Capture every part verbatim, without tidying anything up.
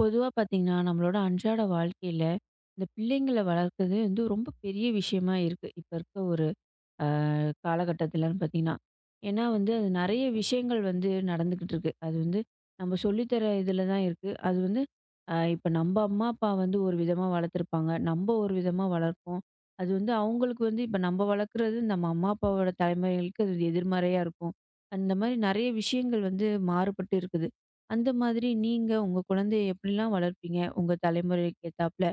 பொதுவா பார்த்தீங்கன்னா, நம்மளோட அன்றாட வாழ்க்கையில, இந்த பிள்ளைங்கள வளர்க்கறது வந்து ரொம்ப பெரிய விஷயமா இருக்கு. இப்ப இருக்க ஒரு காலகட்டத்திலன்னு பார்த்தீங்கன்னா. ஏன்னா வந்து அது நெறைய விஷயங்கள் வந்து நடந்துக்கிட்டு இருக்கு. அது வந்து நம்ம சொல்லித்தர இதில தான் இருக்கு. அது வந்து அ இப்ப நம்ம அம்மா, அப்பா வந்து ஒரு விதமா வளர்த்துருப்பாங்க. நம்ம ஒரு விதமா வளர்ப்போம். அது வந்து அவங்களுக்கு வந்து இப்ப நம்ம வளர்க்குறது நம்ம அம்மா, அப்பாவோட தலைமுறைகளுக்கு அது எதிர்மறையா இருக்கும். அந்த மாரி நெறைய விஷயங்கள் வந்து மாறுபட்டு இருக்குது. அந்த மாதிரி நீங்க உங்க குழந்தைய எப்படிலாம் வளர்ப்பீங்க? உங்க தலைமுறைக்கு ஏத்தாப்ல.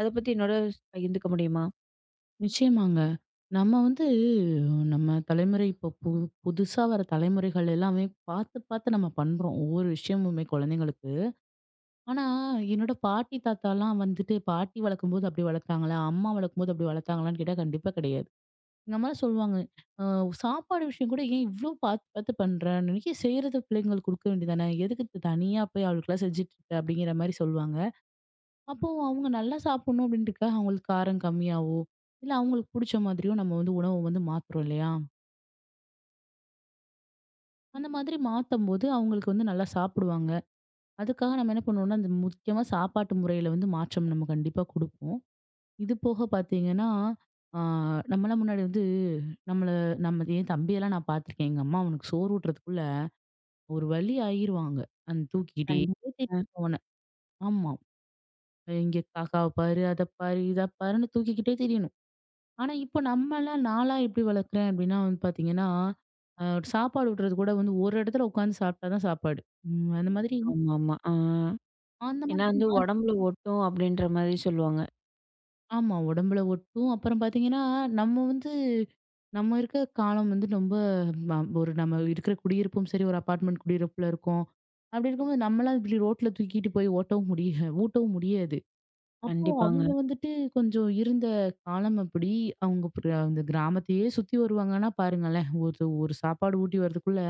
அத பத்தி என்னோட பகிர்ந்துக்க முடியுமா? நிச்சயமாங்க. நம்ம வந்து நம்ம தலைமுறை இப்போ பு புதுசா வர தலைமுறைகள் எல்லாமே பார்த்து, பார்த்து நம்ம பண்றோம். ஒவ்வொரு விஷயமுமே குழந்தைங்களுக்கு. ஆனா, என்னோட பாட்டி, தாத்தாலாம் வந்துட்டு பாட்டி வளர்க்கும்போது அப்படி வளர்த்தாங்களா? அம்மா வளர்க்கும்போது அப்படி வளர்த்தாங்களான்னு கேட்டா கண்டிப்பா கிடையாது. எங்க அம்மாலாம் சொல்லுவாங்க, "அ சாப்பாடு விஷயம் கூட ஏன் இவ்ளோ பார்த்து, பார்த்து பண்ற? நீயே செய்றத பிள்ளைங்களுக்கு குடுக்க வேண்டியது தானே? எதுக்கு தனியா போய் அவளுக்கெல்லாம் செஞ்சுட்டு இருக்க?" அப்படிங்கிற மாரி சொல்லுவாங்க. அப்போ அவங்க நல்லா சாப்பிடணும் அப்படின்றதுக்காக அவங்களுக்கு காரம் கம்மியாவோ, இல்ல அவங்களுக்கு புடிச்ச மாதிரியோ நம்ம வந்து உணவு வந்து மாத்துறோம் இல்லையா? அந்த மாதிரி மாத்தும்போது அவங்களுக்கு வந்து நல்லா சாப்பிடுவாங்க. அதுக்காக நம்ம என்ன பண்ணுவோம்னா, அந்த முக்கியமா சாப்பாட்டு முறையில வந்து மாற்றம் நம்ம கண்டிப்பா குடுப்போம். இது போக பார்த்தீங்கன்னா, ஆ நம்மலாம் முன்னாடி வந்து நம்மள நம்ம என் தம்பியெல்லாம் நான் பார்த்துருக்கேன். எங்க அம்மா அவனுக்கு சோறு ஊட்டுறதுக்குள்ள ஒரு வழி ஆயிருவாங்க. அந்த தூக்கிக்கிட்டே திரியும் கண்டிப்பா. அவன. ஆமா. இங்க காக்காவ பாரு, அத பாரு, இத பாருன்னு தூக்கிக்கிட்டே திரியணும். ஆனா, இப்போ நம்மலாம் நான்லாம் எப்படி வளர்க்குறேன் அப்படின்னா வந்து பார்த்தீங்கன்னா, அ சாப்பாடு ஊட்டுறது கூட வந்து ஒரு இடத்துல உட்காந்து சாப்பிட்டா தான் சாப்பாடு. ம். அந்த மாதிரி ஆமாமா. ஆ. அந்த ஏன்னா மாதிரி வந்து மாத் உடம்புல ஒட்டும் அப்படின்ற மாரி சொல்லுவாங்க. ஆமா. உடம்புல ஒட்டும். அப்புறம் பார்த்தீங்கன்னா, நம்ம வந்து நம்ம இருக்க காலம் வந்து ரொம்ப ம ஒரு நம்ம இருக்கிற குடியிருப்பும் சரி, ஒரு அபார்ட்மெண்ட் குடியிருப்புல இருக்கோம். அப்படி இருக்கும்போது நம்மளாம் இப்படி ரோட்ல தூக்கிட்டு போய் ஓட்டவும் முடிய ஊட்டவும் முடியாது. அப்போ கண்டிப்பாங்க. அவங்க வந்துட்டு கொஞ்சம் இருந்த காலம் அப்படி. அவங்க பிர அந்த கிராமத்தையே சுத்தி வருவாங்கன்னா பாருங்களேன்! ஒரு ஒரு சாப்பாடு ஊட்டி வரதுக்குள்ள,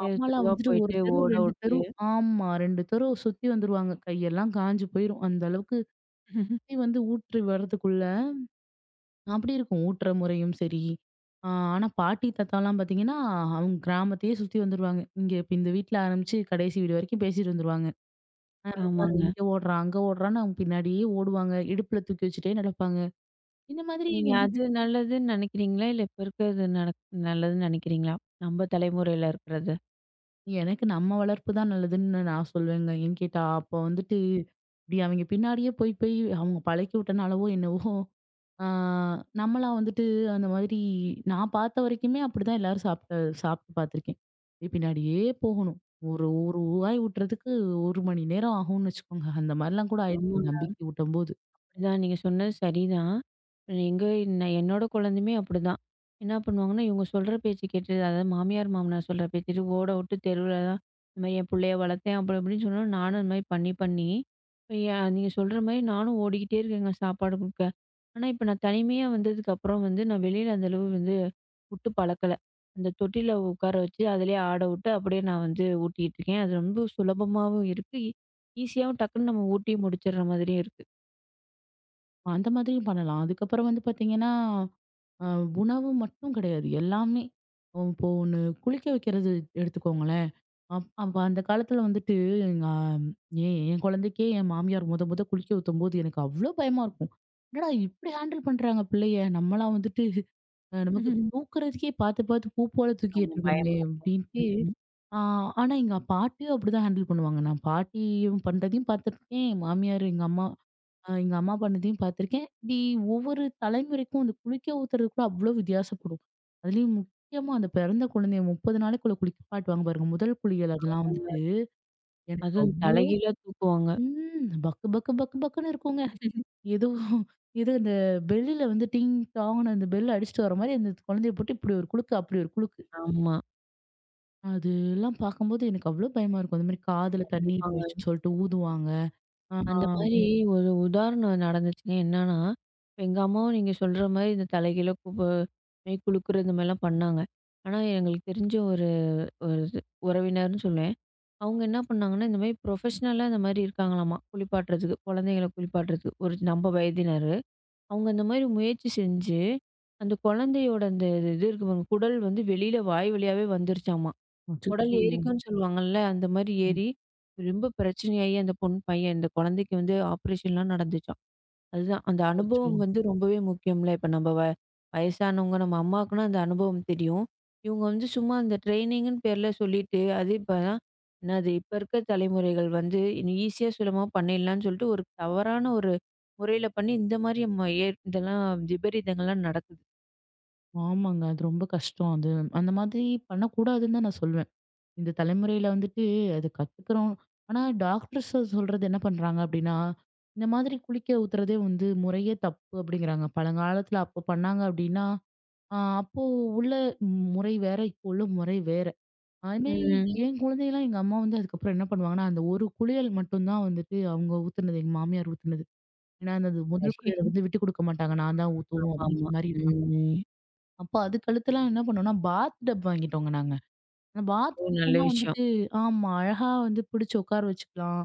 தெரு அம்மாலாம் தெருவா வந்துட்டு ஒரு போயிட்டு தெரு ஓட ரெண்டு விட்டு தெரு ஆமா ரெண்டு தெரு சுத்தி வந்துருவாங்க. கையெல்லாம் காஞ்சு போயிரும். அந்த அளவுக்கு சுத்தி வந்து ஊற்றி வரதுக்குள்ள, அப்படி இருக்கும் ஊட்டுற முறையும் சரி. ஆ ஆனா பாட்டி, தாத்தாலாம் பார்த்தீங்கன்னா, அவங்க கிராமத்தையே சுத்தி வந்துருவாங்க. இங்க இப்ப இந்த வீட்ல ஆரம்பிச்சு கடைசி வீடு வரைக்கும் பேசிட்டு வந்துருவாங்க. பாரு ஆமாங்க. இங்க ஓடுறான், அங்க ஓடுறான்னு அவங்க பின்னாடியே ஓடுவாங்க. இடுப்புல தூக்கி வச்சுட்டே நடப்பாங்க. இந்த மாதிரி நீங்க அது நல்லதுன்னு நினைக்கிறீங்களா? இல்ல இப்ப இருக்கிறது நடக் நல்லதுன்னு நினைக்கிறீங்களா? நம்ம தலைமுறையில இருக்கிறது? எனக்கு நம்ம வளர்ப்பு தான் நல்லதுன்னு நான் சொல்வேங்க. ஏன்னு கேட்டா, அப்போ வந்துட்டு இப்படி அவங்க பின்னாடியே போய் போய் அவங்க பழக்கி விட்டனாலவோ என்னவோ, ஆ நம்மளா வந்துட்டு அந்த மாதிரி நான் பார்த்த வரைக்குமே அப்படிதான் எல்லாரும் சாப்பிட்டு சாப்பிட்டு பார்த்துருக்கேன். போய் பின்னாடியே போகணும். ஒரு ஒரு வாய் ஊட்டுறதுக்கு ஒரு மணி நேரம் ஆகும்னு வச்சுக்கோங்க. அந்த மாதிரிலாம் கூட ஆயிடுச்சு ஆமா. என் தம்பிக்கு ஊட்டும்போது. அதான் நீங்க சொன்னது சரிதான். எங்க நான் என்னோட குழந்தையுமே அப்படிதான். என்ன பண்ணுவாங்கன்னா, இவங்க சொல்ற பேச்சு கேட்டு, அதாவது மாமியார், மாமனார் சொல்ற பேச்சு கேட்டு ஓட விட்டு தெருவுலலாம் இந்த மாரி என் புள்ளைய வளர்த்தேன் அப்படி இப்படின்னு சொன்னா, நானும் இந்த மாரி பண்ணி பண்ணி, இப்ப ஏன் நீங்க சொல்ற மாரி நானும் ஓடிக்கிட்டே இருக்கேங்க சாப்பாடு குடுக்க. ஆனா, இப்ப நான் தனிமையா வந்ததுக்கு அப்புறம் வந்து நான் வெளியில அந்த அளவு வந்து விட்டு பழக்கல. அந்த தொட்டில உட்கார வச்சு அதிலேயே ஆட விட்டு அப்படியே நான் வந்து ஊட்டிட்டு இருக்கேன். அது ரொம்ப சுலபமாவும் இருக்கு. ஈஸியாவும் டக்குன்னு நம்ம ஊட்டி முடிச்சிடுற மாதிரியும் அந்த மாதிரியும் பண்ணலாம். அதுக்கப்புறம் வந்து பார்த்தீங்கன்னா, அ உணவு மட்டும் கிடையாது. எல்லாமே இப்போ ஒண்ணு குளிக்க வைக்கிறது எடுத்துக்கோங்களேன். அப் அப்ப அந்த காலத்துல வந்துட்டு எங்க ஆம், ஏன் என் குழந்தைக்கே என் மாமியார் முத முத குளிக்க ஊத்தும்போது எனக்கு அவ்ளோ பயமா இருக்கும். என்னடா இப்படி ஹேண்டில் பண்றாங்க பிள்ளைய. நம்மலாம் வந்துட்டு அ நமக்கு இருக்கு. தூக்குறதுக்கே பார்த்து பார்த்து பூ போல ஆமா. தூக்கிட்டு பயமா இருக்கோமே இருக்கும். அப்படின்ட்டு. ம். ஆ ஆனா எங்க பாட்டியும் அப்படிதான் ஹேண்டில் பண்ணுவாங்க. நான் பாட்டியும் பண்றதையும் பார்த்துருக்கேன். மாமியார் எங்க அம்மா அ எங்க அம்மா பண்ணதையும் பார்த்துருக்கேன். இப்டி ஒவ்வொரு தலைமுறைக்கும் அந்த குளிக்க ஊத்துறது கூட அவ்ளோ வித்தியாசப்படும். அதுலயும் முக்கியமா அந்த பிறந்த குழந்தைய முப்பது நாளைக்குள்ள குளிப்பாட்டுவாங்க பாருங்க. முதல் குளியல் அதெல்லாம் அவங்க வந்துட்டு எனக்கு அதுவும் அவ் தலைகீழா தூக்குவாங்க. ம் பக்கு பக்கு பக்கு பக்குன்னு இருக்குங்க. ஏதோ ஏதோ அந்த பெல்லுல வந்து டிங் டாங்ன்னு அந்த பெல் அடிச்சுட்டு வர மாரி அந்த குழந்தைய போட்டு இப்டி ஒரு குலுக்கு, அப்படி ஒரு குலுக்கு. ஆமா. அதெல்லாம் பார்க்கும்போது எனக்கு அவ்ளோ பயமா இருக்கும். அந்த மாரி காதுல தண்ணீ கண்டிப்பாங்க. போயிடுச்சுன்னு சொல்லிட்டு ஊதுவாங்க. ஆ அந்த மாரி ம். ஒரு உதாரணம் நடந்துச்சுங்க. என்னன்னா, இப்ப எங்க அம்மாவும் நீங்க சொல்ற மாரி இந்த தலைகீழா கூப்ப மெய் குலுக்குறது இந்த மாரிலாம் பண்ணாங்க. ஆனா, எங்களுக்கு தெரிஞ்ச ஒரு ஒரு இது உறவினர்ன்னு சொல்லுவேன். அவங்க என்ன பண்ணாங்கன்னா, இந்த மாரி ப்ரொஃபஷ்னலா இந்த மாரி இருக்காங்களாமா, குளிப்பாட்டுறதுக்கு. குழந்தைகள குளிப்பாட்டுறதுக்கு. ஒரு நம்ம வயதினரு. அவங்க இந்த மாரி முயற்சி செஞ்சு, அந்த குழந்தையோட அந்த இது இருக்கு பாருங்க, குடல் வந்து வெளியில வாய் வழியாவே வந்துருச்சாமா. குடல் அச்சச்சோ! ஏறிக்கும்ன்னு சொல்லுவாங்கல்ல. அந்த மாரி ஏறி, ரொம்ப பிரச்சனையாயி அந்த பொண் பையன் இந்த குழந்தைக்கு வந்து ஆப்ரேஷன்லாம் நடந்துச்சாம். அதுதான் அந்த அச்சச்சோ! அனுபவம் வந்து ரொம்பவே முக்கியம்ல. இப்ப நம்ம வ வயசானவங்க நம்ம அம்மாக்குன்னா அந்த அனுபவம் தெரியும். இவங்க வந்து சும்மா அந்த ட்ரெய்னிங்குன்னு பேர்ல சொல்லிட்டு, அது இப்பலாம் என்னது இப்ப இருக்க தலைமுறைகள் வந்து ஈஸியா சுலபமா பண்ணிடலான்னு சொல்லிட்டு ஒரு தவறான ஒரு முறையில பண்ணி இந்த மாரி ம ஏ இதெல்லாம் விபரீதங்கள்லாம் நடக்குது. ஆமாங்க. அது ரொம்ப கஷ்டம். அது அந்த மாதிரி பண்ணக்கூடாதுன்னு தான் நான் சொல்வேன். இந்த தலைமுறையில வந்துட்டு அது கத்துக்கிறோம். ஆனா டாக்டர்ஸ் சொல்றது என்ன பண்றாங்க அப்டின்னா, இந்த மாதிரி குளிக்க ஊத்துறதே வந்து முறையே தப்பு அப்டிங்கிறாங்க. பழங்காலத்துல அப்போ பண்ணாங்க அப்டின்னா, அ அப்போ உள்ள முறை வேற, இப்போ உள்ள முறை வேற. அதுமாரி ம். என் குழந்தையலாம் எங்க அம்மா வந்து அதுக்கப்புறம் என்ன பண்ணுவாங்கன்னா, அந்த ஒரு குளியல் மட்டும் தான் வந்துட்டு அவங்க ஊத்துனது, எங்க மாமியார் ஊத்துனது. ஏன்னா அந்த முதல் குளியல சரி. வந்து விட்டுக் குடுக்க மாட்டாங்க. நான் தான் ஊத்துவோம் அப்டின்ற ஆமாமா. மாரி ம். அப்ப அதுக்கடுத்துலாம் என்ன பண்ணோம்னா, பாத் டப் வாங்கிட்டோங்க நாங்க. அந்த பாத் ஒரு நல்ல டப்னா விஷயம். வந்துட்டு ஆமா. அழகா வந்து பிடிச்சு உட்கார வச்சுக்கலாம்.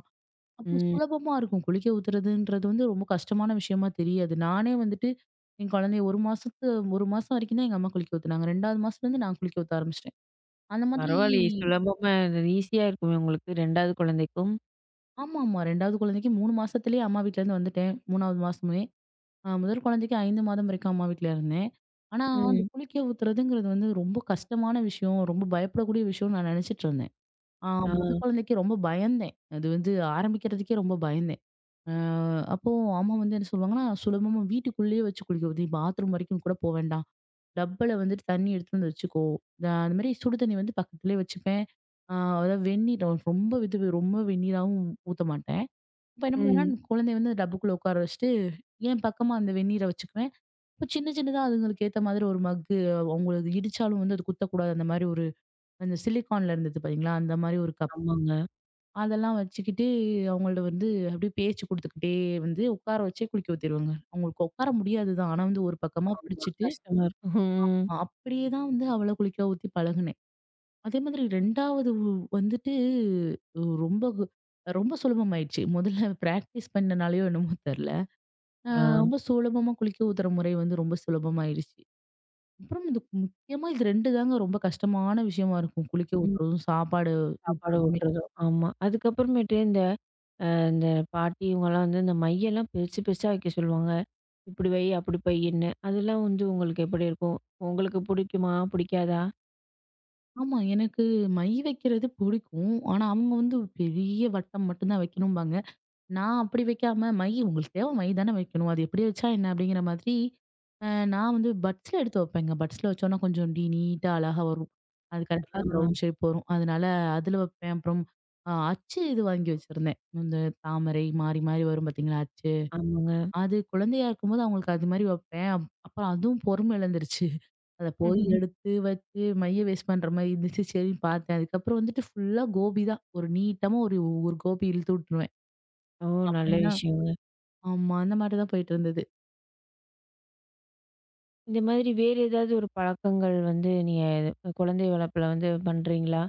அப்போ ம். சுலபமா இருக்கும். குளிக்க ஊத்துறதுன்றது வந்து ரொம்ப கஷ்டமான விஷயமா தெரியாது. நானே வந்துட்டு என் குழந்தைய ஒரு மாசத்து ஒரு மாசம் வரைக்கும் தான் எங்க அம்மா குளிக்க ஊத்துனாங்க. 2வது மாசத்துலருந்து நான் குளிக்க ஊத்த ஆரம்பிச்சுட்டேன். அந்த மாதிரி பரவாயில்லையே! சுலபமா ஈஸியா இருக்குமே உங்களுக்கு இரண்டாவது குழந்தைக்கும். ஆமாமா. 2வது குழந்தைக்கு மூணு மாசத்துலயே அம்மா வீட்லருந்து வந்துட்டேன். 3வது மாசமே. அ முதல் குழந்தைக்கு ஐந்து மாதம் வரைக்கும் அம்மா வீட்ல இருந்தேன். ஆனா, அந்த ம். குளிக்க ஊத்துறதுங்கிறது வந்து ரொம்ப கஷ்டமான விஷயம். ரொம்ப பயப்படக்கூடிய விஷயம்னு நான் நினைச்சுட்டு இருந்தேன். ஆ ஆ. முத குழந்தைக்கு ரொம்ப பயந்தேன். அது வந்து ஆரம்பிக்கிறதுக்கே ரொம்ப பயந்தேன். அ அப்போ அம்மா வந்து என்ன சொல்லுவாங்கன்னா, "சுலபமா வீட்டுக்குள்ளேயே வச்சு குளிக்க வை. நீ பாத்ரூம் வரைக்கும் கூட போ வேண்டாம். டப்பால வந்துட்டு தண்ணி எடுத்துட்டு வந்து வச்சுக்கோ." அ அந்த மாரி சுடு தண்ணி வந்து பக்கத்துலயே வச்சுப்பேன். ஆ அதாவது வெந்நீர் ரொம்ப இது ரொம்ப வெந்நீராவும் ஊத்த மாட்டேன். இப்ப என்ன பண்ணுவேன்னா, ம். குழந்தைய வந்து டப்புக்குள்ள உட்கார வச்சுட்டு, என் பக்கமா அந்த வெந்நீர வச்சுக்குவேன். இப்ப சின்ன சின்னதா அதுங்களுக்கு ஏத்த மாதிரி ஒரு மக்கு அவங்களுக்கு இடிச்சாலும் வந்து அது குத்தக்கூடாது. அந்த மாரி ஒரு அந்த சிலிக்கான்ல இருந்தது பாத்தீங்களா? அந்த மாரி ஒரு கப் ஆமாங்க. அதெல்லாம் வச்சுக்கிட்டு அவங்கள்ட்ட வந்து அப்படியே பேச்சு குடுத்துக்கிட்டே வந்து உட்கார வச்சே குளிக்க ஊத்திருவேங்க. அவங்களுக்கு உட்கார முடியாது தான். ஆனா வந்து ஒரு பக்கமா ஆமா. பிடிச்சிட்டு, கஷ்டமா இருக்கும். ம். அப்படியே தான் வந்து அவள குளிக்க ஊத்தி பழகுனேன். அதே மாதிரி 2வது உ வந்துட்டு உ- ரொம்ப கு ரொம்ப சுலபமாயிடுச்சு. முதல்ல பிராக்டிஸ் பண்ணனாலயோ என்னமோ தெரியல. அ ஆ. ரொம்ப சுலபமா குளிக்க ஊத்துற முறை வந்து ரொம்ப சுலபமாயிருச்சு. அப்புறம் இது முக்கியமா இது ரெண்டு தாங்க ரொம்ப கஷ்டமான விஷயமா இருக்கும். குளிக்க ம். ஊத்துறதும், சாப்பாடு சாப்பாடு ஊட்டுறதும். ஊட்டுறதோ, ஆமா. அதுக்கப்புறமேட்டு இந்த இந்த பாட்டி இவங்கலாம் வந்து இந்த மையெல்லாம் பெருசு பெருசா வைக்க சொல்லுவாங்க. இப்படி வை, அப்படி பைன்னு. அதெல்லாம் வந்து உங்களுக்கு எப்படி இருக்கும்? உங்களுக்கு புடிக்குமா? புடிக்காதா? ஆமா. எனக்கு மை வைக்கிறது பிடிக்கும். ஆனா, அவங்க வந்து ஒரு பெரிய வட்டம் மட்டும் தான் வைக்கணும்பாங்க. நான் அப்படி வைக்காம, மை உங்களுக்கு தேவை மை தானே வைக்கணும். அது எப்படி வச்சா என்ன? அப்படிங்கிற மாதிரி, அ நான் வந்து பட்ஸ்ல எடுத்து வைப்பேங்க. பட்ஸ்ல வச்சோன்னா கொஞ்சம் டி நீட்டா அழகா வரும். அது கரெக்ட்டா அந்த ஆ. ரவுண்ட் ஷேப் வரும். அதனால அதில வைப்பேன். அப்புறம் அ அச்சு இது வாங்கி வச்சிருந்தேன். இந்த தாமரை மாறி மாறி வரும் பார்த்தீங்களா? அச்சு. ஆமாங்க. அது குழந்தையா இருக்கும்போது அவங்களுக்கு அது மாரி வப்பேன். அப் அப்புறம் அதுவும் பொறுமை இழந்துருச்சு. அத போய் எடுத்து வச்சு மைய வேஸ்ட் பண்ற மாரி இருந்துச்சு. சரின்னு பார்த்தேன். அதுக்கப்புறம் வந்துட்டு ஃபுல்லா கோபி தான். ஒரு நீட்டமா ஒரு ஒரு கோபி இழுத்து விட்டுருவேன். ஓ! நல்ல அப்படின்னா விஷயங்க. ஆமா. அந்த மாரி தான் போயிட்டு இருந்தது. இந்த மாதிரி வேறு ஏதாவது ஒரு பழக்கங்கள் வந்து நீங்க குழந்தை வளர்ப்புல வந்து பண்றீங்களா?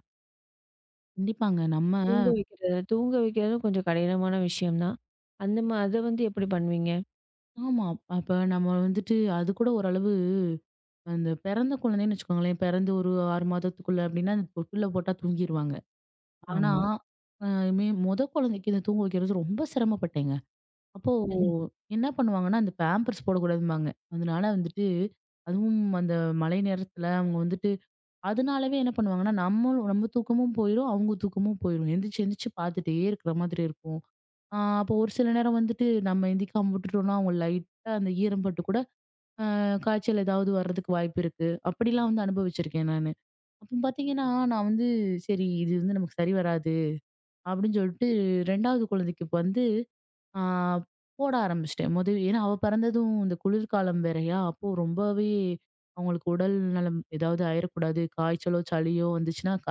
கண்டிப்பாங்க. நம்ம தூங்க வைக்கிறது. தூங்க வைக்கிறதும் கொஞ்சம் கடினமான விஷயம் தான். அந்த மா அத வந்து எப்படி பண்ணுவீங்க? ஆமா. அப்ப நம்ம வந்துட்டு அது கூட ஓரளவு அந்த பிறந்த குழந்தைன்னு வச்சுக்கோங்களேன். பிறந்து ஒரு ஆறு மாதத்துக்குள்ள அப்படின்னா, அந்த தொட்டில்ல போட்டா தூங்கிருவாங்க. ஆனா, ஆமா. அ மே மொத குழந்தைக்கு இத தூங்க வைக்கிறது ரொம்ப சிரமப்பட்டேங்க. அப்போ என்ன பண்ணுவாங்கன்னா, அந்த பேம்பர்ஸ் போடக்கூடாதும்பாங்க. அதனால வந்துட்டு, அதுவும் அந்த மழை நேரத்துல அவங்க வந்துட்டு அதனாலவே என்ன பண்ணுவாங்கன்னா, நம்மளும் நம்ம தூக்கமும் போயிரும், அவங்க தூக்கமும் போயிரும். எந்திரிச்சு எந்திரிச்சு பார்த்துட்டே இருக்கிற மாதிரி இருக்கும். ஆ அப்போ ஒரு சில நேரம் வந்துட்டு நம்ம எந்திரிக்காம விட்டுட்டோம்னா, அவங்க லைட்டா அந்த ஈரம் பட்டு கூட அ காய்ச்சல் ஏதாவது வர்றதுக்கு வாய்ப்பு இருக்கு. அப்படிலாம் வந்து அனுபவிச்சிருக்கேன் நானு. அப்போ பார்த்தீங்கன்னா, நான் வந்து சரி இது வந்து நமக்கு சரி வராது அப்படின்னு சொல்லிட்டு 2வது குழந்தைக்கு இப்ப வந்து ஆ போட ஆரம்பிச்சுட்டேன். முத ஏன்னா அவ பிறந்ததும் இந்த குளிர்காலம் வேறயா, அப்போ ரொம்பவே அவங்களுக்கு உடல் நலம் ஏதாவது ஆயிரக்கூடாது. காய்ச்சலோ, சளியோ வந்துச்சுன்னா, க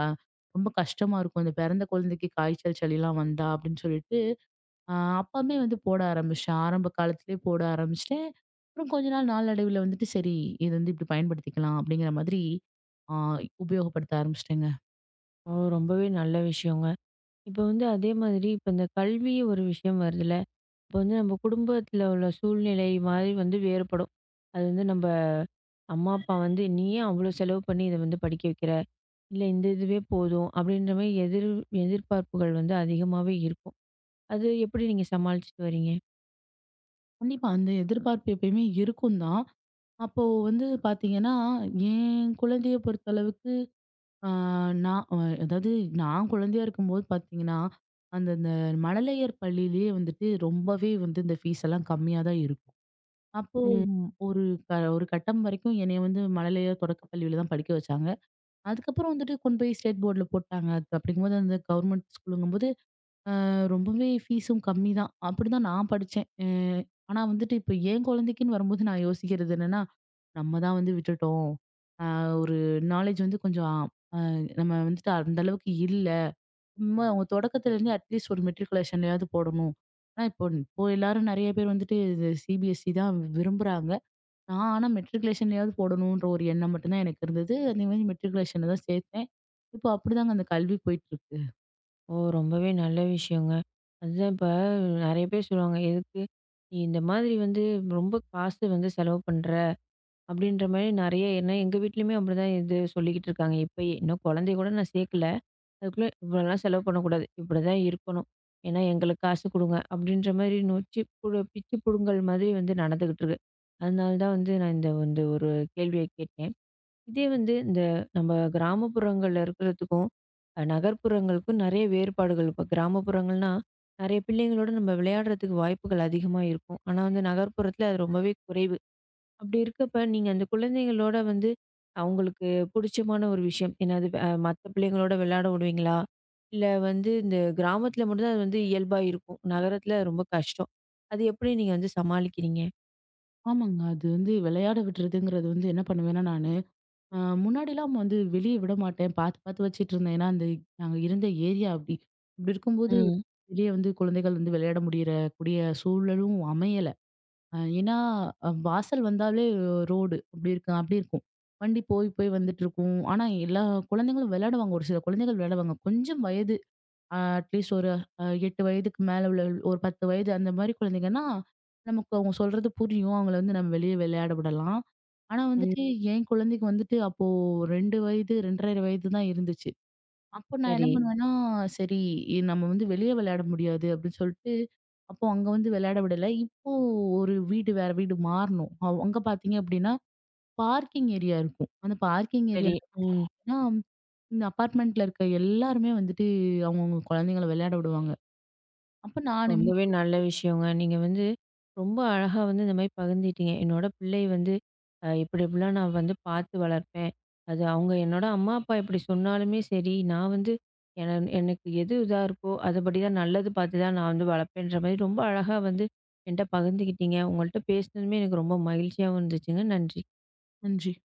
ரொம்ப கஷ்டமா இருக்கும். அந்த பிறந்த குழந்தைக்கு காய்ச்சல், சளிலாம் வந்தா அப்படின்னு சொல்லிட்டு, அ அப்பமே வந்து போட ஆரம்பிச்சேன். ஆரம்ப காலத்திலேயே போட ஆரம்பிச்சுட்டேன். அப்புறம் கொஞ்ச நாள் நாளடைவுல வந்துட்டு சரி, இது வந்து இப்படி பயன்படுத்திக்கலாம் அப்படிங்கிற மாதிரி ஆ உபயோகப்படுத்த ஆரம்பிச்சுட்டேங்க. ஓ! ரொம்பவே நல்ல விஷயங்க. இப்ப வந்து அதே மாதிரி இப்ப இந்த கல்வி ஒரு விஷயம் வருதுல்ல. இப்ப வந்து நம்ம குடும்பத்துல உள்ள சூழ்நிலை மாரி வந்து வேறுபடும். அது வந்து நம்ப அம்மா, அப்பா வந்து "நீ ஏன் அவ்ளோ செலவு பண்ணி இத வந்து படிக்க வைக்கிற? இல்ல இந்த இதுவே போதும்." அப்படின்ற மாரி எதிர் எதிர்பார்ப்புகள் வந்து அதிகமாவே இருக்கும். அது எப்படி நீங்க சமாளிச்சுட்டு வரீங்க? கண்டிப்பா அந்த எதிர்பார்ப்பு எப்பயுமே இருக்கும் தான். அப்போ வந்து பார்த்தீங்கன்னா, என் குழந்தைய பொறுத்தளவுக்கு ஆ, நான் அ அதாவது நான் குழந்தையா இருக்கும்போது பார்த்தீங்கன்னா, அந்த அந்த மழலையர் பள்ளியிலேயே வந்துட்டு ரொம்பவே வந்து இந்த ஃபீஸ் எல்லாம் கம்மியா தான் இருக்கும். அப்போ ம். ம், ஒரு க ஒரு கட்டம் வரைக்கும் என்னைய வந்து மழலையர் தொடக்கப் பள்ளியில தான் படிக்க வச்சாங்க. அதுக்கப்புறம் வந்துட்டு கொண்டு போய் ஸ்டேட் போர்ட்ல போட்டாங்க. அது அப்படிங்கும்போது அந்த கவர்மெண்ட் ஸ்கூலுங்கும்போது ரொம்பவே ஃபீஸும் கம்மி தான். அப்படிதான் நான் படிச்சேன். அ ஆனா வந்துட்டு இப்ப என் குழந்தைக்குன்னு வரும்போது நான் யோசிக்கிறது என்னன்னா, நம்ம தான் வந்து விட்டுட்டோம். அ ஒரு நாலேட்ஜ் வந்து கொஞ்சம் அ நம்ம வந்துட்டு அந்த அளவுக்கு இல்ல. சும்மா அவங்க தொடக்கத்துலேருந்து அட்லீஸ்ட் ஒரு மெட்ரிகுலேஷன்லயாவது போடணும். ஆனா இப்போ இப்போ எல்லாரும் நெறைய பேர் வந்துட்டு இது சிபிஎஸ்இ தான் விரும்புறாங்க. நான் ஆனா மெட்ரிகுலேஷன்லயாவது போடணுன்ற ஒரு எண்ணம் மட்டும் தான் எனக்கு இருந்தது. அதே மாரி மெட்ரிகுலேஷன்ல தான் சேர்த்தேன். இப்போ அப்படிதாங்க அந்த கல்வி போயிட்டுருக்கு. ஓ! ரொம்பவே நல்ல விஷயங்க. அதுதான் இப்ப நெறைய பேர் சொல்லுவாங்க, "எதுக்கு நீ இந்த மாதிரி வந்து ரொம்ப காசு வந்து செலவு பண்ற." அப்படின்ற மாரி நெறைய ஏன்னா எங்க வீட்லயுமே அப்படிதான் இது சொல்லிக்கிட்டு இருக்காங்க இப்பயே. இன்னும் குழந்தைய கூட நான் சேர்க்கல. அதுக்குள்ள "இவ்வளோலாம் செலவு பண்ணக்கூடாது. இப்படிதான் இருக்கணும். ஏன்னா எங்களுக்கு காசு குடுங்க." அப்படின்ற மாரி நொச்சி புடு பிச்சு புடுங்கல் மாதிரி வந்து நடந்துகிட்டு இருக்கு. அதனால தான் வந்து நான் இந்த வந்து ஒரு கேள்விய கேட்டேன். இதே வந்து இந்த நம்ம கிராமப்புறங்கள்ல இருக்கிறதுக்கும், அ நகர்ப்புறங்களுக்கும் நெறைய வேறுபாடுகள் இப்ப கிராமப்புறங்கள்னா, நெறைய பிள்ளைங்களோட நம்ம விளையாடுறதுக்கு வாய்ப்புகள் அதிகமா இருக்கும். ஆனா வந்து நகர்ப்புறத்துல அது ரொம்பவே குறைவு. அப்படி இருக்கப்ப நீங்க அந்த குழந்தைங்களோட வந்து அவங்களுக்கு புடிச்சமான ஒரு விஷயம், என்னது அ மத்த பிள்ளைங்களோட விளையாட விடுவீங்களா? இல்ல வந்து இந்த கிராமத்துல மட்டும் தான் அது வந்து இயல்பா இருக்கும். நகரத்துல ரொம்ப கஷ்டம். அது எப்படி நீங்க வந்து சமாளிக்கிறீங்க? ஆமாங்க. அது வந்து விளையாட விடுறதுங்கிறது வந்து என்ன பண்ணுவேன்னா நானு, அ முன்னாடிலாம் வந்து வெளிய விட மாட்டேன். பாத்து பாத்து வச்சுட்டுருந்தேன். ஏன்னா, அந்த நாங்க இருந்த ஏரியா அப்படி. அப்படி இருக்கும்போது ம். வெளிய வந்து குழந்தைகள் வந்து விளையாட முடியற கூடிய சூழலும் அமையல. அ ஏன்னா, அ வாசல் வந்தாலே ரோடு அப்படி இருக்கு அப்படி இருக்கும். வண்டி போய் போய் வந்துட்டுருக்கும். ஆனா எல்லா குழந்தைங்களும் விளையாடுவாங்க. ஒரு சில குழந்தைகள் விளையாடுவாங்க. கொஞ்சம் வயது அ அட்லீஸ்ட் ஒரு அ எட்டு வயதுக்கு மேல உள்ள ஒரு பத்து வயது அந்த மாரி குழந்தைங்கன்னா, நமக்கு அவங்க சொல்றது புரியும். அவங்கள வந்து நம்ம வெளிய விளையாட விடலாம். ஆனா ம். வந்துட்டு என் குழந்தைக்கு வந்துட்டு அப்போ ரெண்டு வயது 2 1/2 வயது தான் இருந்துச்சு. அப்போ நான் சரி, என்ன பண்ணுவேன்னா, சரி இ- நம்ம வந்து வெளிய விளையாட முடியாது அப்படின்னு சொல்லிட்டு, அப்போ அங்க வந்து விளையாட விடல. இப்போ ஒரு வீடு வேற வீடு மாறணும். அவ்- அங்க பார்த்தீங்க அப்படின்னா, பார்க்கிங் ஏரியா இருக்கும். அந்த பார்க்கிங் சரி. ஏரியால ம். இந்த அபார்ட்மெண்ட்ல இருக்க எல்லாருமே வந்துட்டு அவங்கவங்க குழந்தைங்கள விளையாட விடுவாங்க. அப்ப நானுமே ரொம்பவே நல்ல விஷயங்க. நீங்க வந்து ரொம்ப அழகா வந்து இந்த மாரி பகிர்ந்துகிட்டீங்க. என்னோட பிள்ளை வந்து அ இப்டி இப்டிலாம் நான் வந்து பார்த்து வளர்ப்பேன். அது அவங்க என்னோட அம்மா, அப்பா இப்டி சொன்னாலுமே சரி, நான் வந்து என எனக்கு எது இதா இருக்கோ, அதுபடி தான் நல்லது பார்த்து தான் நான் வந்து வளர்ப்பேன்ற மாரி ரொம்ப அழகா வந்து என்ட்ட பகிர்ந்துக்கிட்டீங்க. உங்கள்ட்ட பேசினதுமே எனக்கு ரொம்ப மகிழ்ச்சியாவும் இருந்துச்சுங்க. நன்றி. செஞ்சு